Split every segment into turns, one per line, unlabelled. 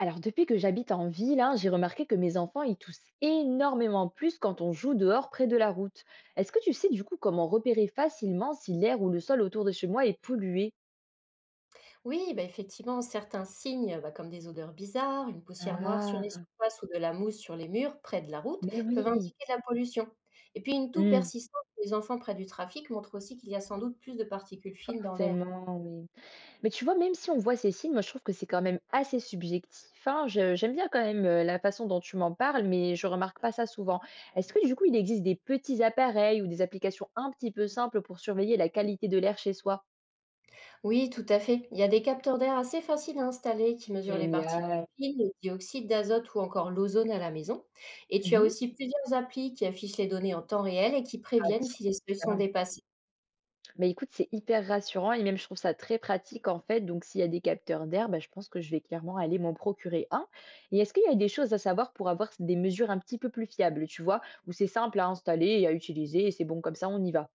Alors, depuis que j'habite en ville, hein, j'ai remarqué que mes enfants, ils toussent énormément plus quand on joue dehors près de la route. Est-ce que tu sais du coup comment repérer facilement si l'air ou le sol autour de chez moi est pollué?
Oui, bah, effectivement, certains signes, bah, comme des odeurs bizarres, une poussière noire sur les
Ah,
surfaces ou de la mousse sur les murs près de la route,
mais
peuvent
oui.
indiquer de la pollution. Et puis une toux
Hmm,
persistante des enfants près du trafic montre aussi qu'il y a sans doute plus de particules fines dans l'air.
forcément, oui. Mais tu vois, même si on voit ces signes, moi je trouve que c'est quand même assez subjectif, hein. J'aime bien quand même la façon dont tu m'en parles, mais je remarque pas ça souvent. Est-ce que du coup, il existe des petits appareils ou des applications un petit peu simples pour surveiller la qualité de l'air chez soi?
Oui, tout à fait. Il y a des capteurs d'air assez faciles à installer qui mesurent les particules
Génial.
fines, le dioxyde d'azote ou encore l'ozone à la maison. Et tu as aussi plusieurs applis qui affichent les données en temps réel et qui préviennent
Pratique,
si les seuils sont
hein.
dépassés.
Mais écoute, c'est hyper rassurant et même je trouve ça très pratique en fait. Donc s'il y a des capteurs d'air, bah, je pense que je vais clairement aller m'en procurer un. Et est-ce qu'il y a des choses à savoir pour avoir des mesures un petit peu plus fiables, tu vois, où c'est simple à installer et à utiliser et c'est bon comme ça, on y va?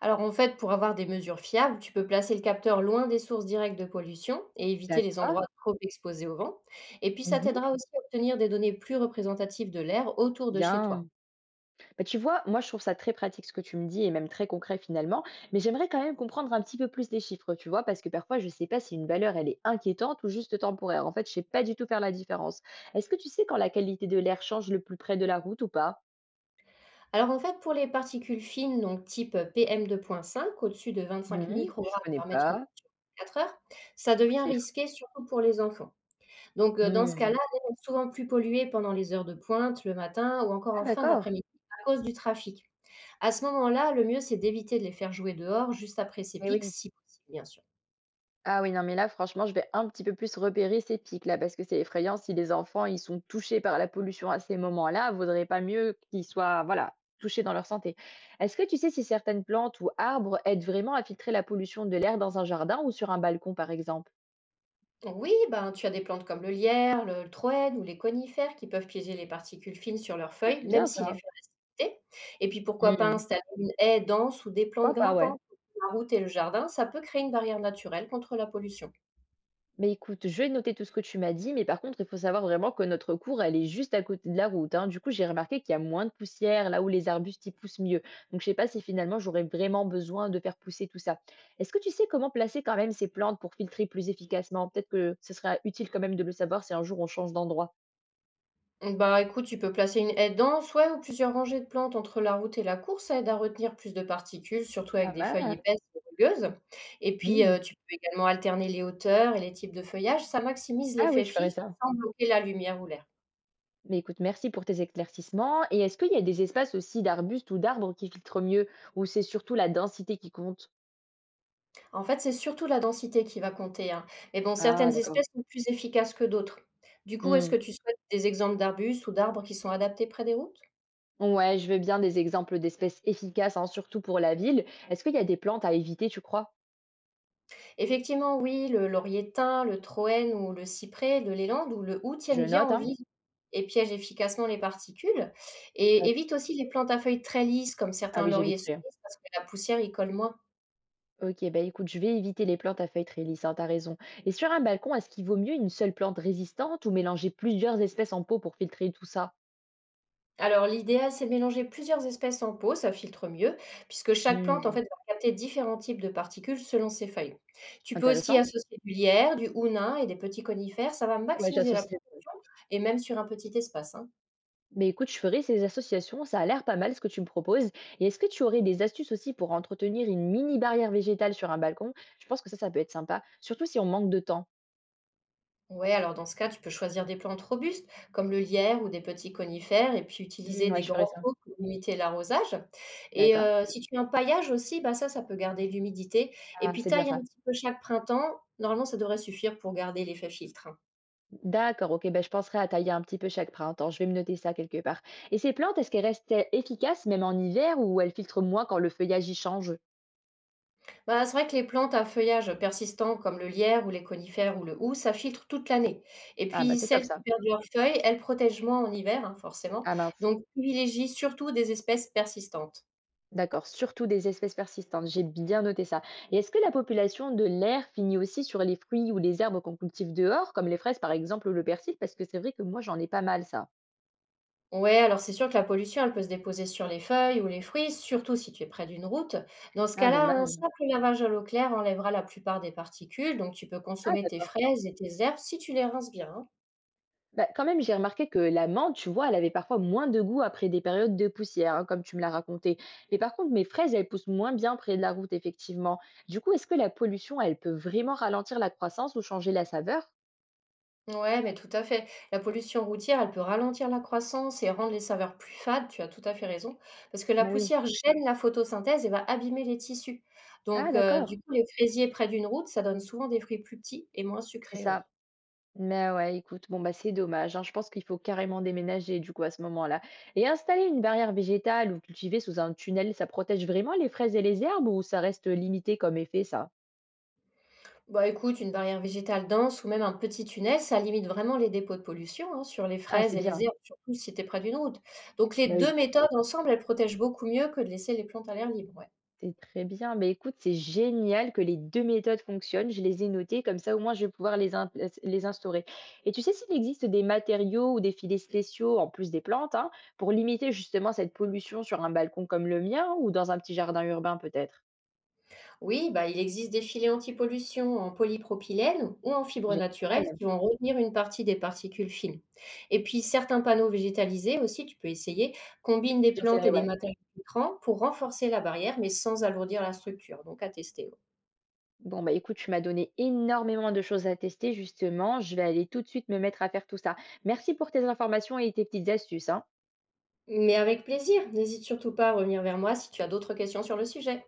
Alors en fait, pour avoir des mesures fiables, tu peux placer le capteur loin des sources directes de pollution et éviter les
D'accord.
endroits trop exposés au vent. Et puis ça
Mmh.
t'aidera aussi à obtenir des données plus représentatives de l'air autour de chez toi.
Bien. Bah, tu vois, moi, je trouve ça très pratique ce que tu me dis et même très concret finalement, mais j'aimerais quand même comprendre un petit peu plus les chiffres, tu vois, parce que parfois, je ne sais pas si une valeur, elle est inquiétante ou juste temporaire. En fait, je sais pas du tout faire la différence. Est-ce que tu sais quand la qualité de l'air change le plus près de la route ou pas?
Alors en fait, pour les particules fines, donc type PM2.5, au-dessus de 25
Mmh, je
microgrammes
connais
par mètre cube
pas.
sur 4 heures, ça
Trop de
devient
chiffres.
risqué surtout pour les enfants. Donc dans ce
Mmh.
cas-là, l'air est souvent plus pollué pendant les heures de pointe, le matin ou encore
Ah
en fin
d'accord,
d'après-midi à cause du trafic. À ce moment-là, le mieux, c'est d'éviter de les faire jouer dehors juste après ces
mais
pics,
oui.
si possible, bien sûr.
Ah oui, non, mais là, franchement, je vais un petit peu plus repérer ces pics là, parce que c'est effrayant si les enfants, ils sont touchés par la pollution à ces moments-là, vaudrait pas mieux qu'ils soient, voilà, touchés dans leur santé. Est-ce que tu sais si certaines plantes ou arbres aident vraiment à filtrer la pollution de l'air dans un jardin ou sur un balcon, par exemple?
Oui, ben, tu as des plantes comme le lierre, le troène ou les conifères qui peuvent piéger les particules fines sur leurs feuilles,
C'est
même
bien
s'il est
ça.
fermenté. Et puis pourquoi pas
Hmm,
installer une haie dense ou des plantes
pourquoi pas, ouais.
grimpantes sur la route et le jardin, ça peut créer une barrière naturelle contre la pollution.
Mais écoute, je vais noter tout ce que tu m'as dit, mais par contre, il faut savoir vraiment que notre cour, elle est juste à côté de la route, hein. Du coup, j'ai remarqué qu'il y a moins de poussière là où les arbustes y poussent mieux. Donc, je sais pas si finalement j'aurais vraiment besoin de faire pousser tout ça. Est-ce que tu sais comment placer quand même ces plantes pour filtrer plus efficacement? Peut-être que ce sera utile quand même de le savoir si un jour on change d'endroit.
Bah écoute, tu peux placer une haie dense, ouais, ou plusieurs rangées de plantes entre la route et la course, ça aide à retenir plus de particules, surtout
Pas
avec des feuilles
mal.
épaisses et rugueuses. Et puis,
Hmm.
tu peux également alterner les hauteurs et les types de feuillage, ça maximise
Ah oui,
l'effet
je ferai
fixe
ça.
sans bloquer la lumière ou l'air.
Mais écoute, merci pour tes éclaircissements. Et est-ce qu'il y a des espaces aussi d'arbustes ou d'arbres qui filtrent mieux, ou c'est surtout la densité qui compte?
En fait, c'est surtout la densité qui va compter, hein. Mais bon,
Ah,
certaines
d'accord.
espèces sont plus efficaces que d'autres. Du coup,
Hmm.
est-ce que tu souhaites des exemples d'arbustes ou d'arbres qui sont adaptés près des routes?
Ouais, je veux bien des exemples d'espèces efficaces, hein, surtout pour la ville. Est-ce qu'il y a des plantes à éviter, tu crois?
Effectivement, oui, le laurier thym, le troène ou le cyprès de l'élande ou le houx
Je
tiennent bien
note,
en
hein.
vie et piègent efficacement les particules, et
Hop.
évite aussi les plantes à feuilles très lisses comme
Ah
certains
oui,
lauriers
j'éviterai, hein.
cerises parce que la poussière y colle moins.
Ok, bah écoute, je vais éviter les plantes à feuilles très lisses, hein, t'as raison. Et sur un balcon, est-ce qu'il vaut mieux une seule plante résistante ou mélanger plusieurs espèces en pot pour filtrer tout ça?
Alors l'idéal, c'est de mélanger plusieurs espèces en pot, ça filtre mieux, puisque chaque plante en
Hmm,
fait va capter différents types de particules selon ses feuilles. Tu peux aussi
intéressant.
associer du lierre, du houx nain et des petits conifères, ça va
Ah ouais,
maximiser la
j'associe.
production et même sur un petit espace, hein.
Mais écoute, je ferai ces associations, ça a l'air pas mal ce que tu me proposes. Et est-ce que tu aurais des astuces aussi pour entretenir une mini barrière végétale sur un balcon? Je pense que ça peut être sympa, surtout si on manque de temps.
Ouais, alors dans ce cas, tu peux choisir des plantes robustes, comme le lierre ou des petits conifères, et puis
Hmm,
utiliser
ouais,
des
je ferai
grands
ça.
pots pour limiter l'arrosage. Et
D'accord.
si tu empaillages aussi, bah ça, ça peut garder l'humidité. Et
Ah,
puis
c'est bien
taille un
ça.
petit peu chaque printemps. Normalement, ça devrait suffire pour garder l'effet filtre, hein.
D'accord, OK, ben, je penserai à tailler un petit peu chaque printemps. Je vais me noter ça quelque part. Et ces plantes, est-ce qu'elles restent e efficaces même en hiver ou elles filtrent moins quand le feuillage y change?
Bah, c'est vrai que les plantes à feuillage persistant, comme le lierre ou les conifères ou le hou, ça filtre toute l'année. Et
Ah bah,
puis
c'est
celles
top ça.
qui perdent leurs feuilles, elles protègent moins en hiver, hein, forcément.
Ah mince,
Donc privilégie surtout des espèces persistantes.
d'accord, surtout des espèces persistantes, j'ai bien noté ça. Et est-ce que la population de l'air finit aussi sur les fruits ou les herbes qu'on cultive dehors, comme les fraises par exemple ou le persil? Parce que c'est vrai que moi j'en ai pas mal ça.
Ouais, alors c'est sûr que la pollution, elle peut se déposer sur les feuilles ou les fruits, surtout si tu es près d'une route. Dans ce
Ah
cas-là, un
dommage.
simple lavage à l'eau claire enlèvera la plupart des particules, donc tu peux
Ah
consommer tes
d'accord.
fraises et tes herbes si tu les rinces bien, hein.
Bah, quand même, j'ai remarqué que la menthe, tu vois, elle avait parfois moins de goût après des périodes de poussière, hein, comme tu me l'as raconté. Mais par contre, mes fraises, elles poussent moins bien près de la route, effectivement. Du coup, est-ce que la pollution, elle peut vraiment ralentir la croissance ou changer la saveur?
Ouais, mais tout à fait. La pollution routière, elle peut ralentir la croissance et rendre les saveurs plus fades, tu as tout à fait raison, parce que la
Mais oui.
poussière gêne la photosynthèse et va abîmer les tissus.
Ah,
Donc, du
d'accord.
coup, les fraisiers près d'une route, ça donne souvent des fruits plus petits et moins
C'est
sucrés, ouais.
ça. Mais ouais, écoute, bon, bah, c'est dommage, hein. Je pense qu'il faut carrément déménager, du coup, à ce moment-là. Et installer une barrière végétale ou cultiver sous un tunnel, ça protège vraiment les fraises et les herbes ou ça reste limité comme effet, ça?
Bah, écoute, une barrière végétale dense ou même un petit tunnel, ça limite vraiment les dépôts de pollution, hein, sur les
Ah, c'est
fraises et les
bien.
herbes, surtout si tu es près d'une route. Donc les
Bah oui.
deux méthodes ensemble, elles protègent beaucoup mieux que de laisser les plantes à l'air libre, ouais.
C'est très bien. Mais écoute, c'est génial que les 2 méthodes fonctionnent. Je les ai notées, comme ça au moins je vais pouvoir les instaurer. Et tu sais s'il existe des matériaux ou des filets spéciaux, en plus des plantes, hein, pour limiter justement cette pollution sur un balcon comme le mien ou dans un petit jardin urbain peut-être?
Oui, bah, il existe des filets anti-pollution en polypropylène ou en fibres naturelles
Génial,
qui vont retenir une partie des particules fines. Et puis certains panneaux végétalisés aussi, tu peux essayer, combinent des plantes
j'essaierai,
et des
ouais.
matériaux filtrants pour renforcer la barrière, mais sans alourdir la structure. Donc à tester, ouais.
Bon, bah écoute, tu m'as donné énormément de choses à tester justement. Je vais aller tout de suite me mettre à faire tout ça. Merci pour tes informations et tes petites astuces, hein.
Mais avec plaisir, n'hésite surtout pas à revenir vers moi si tu as d'autres questions sur le sujet.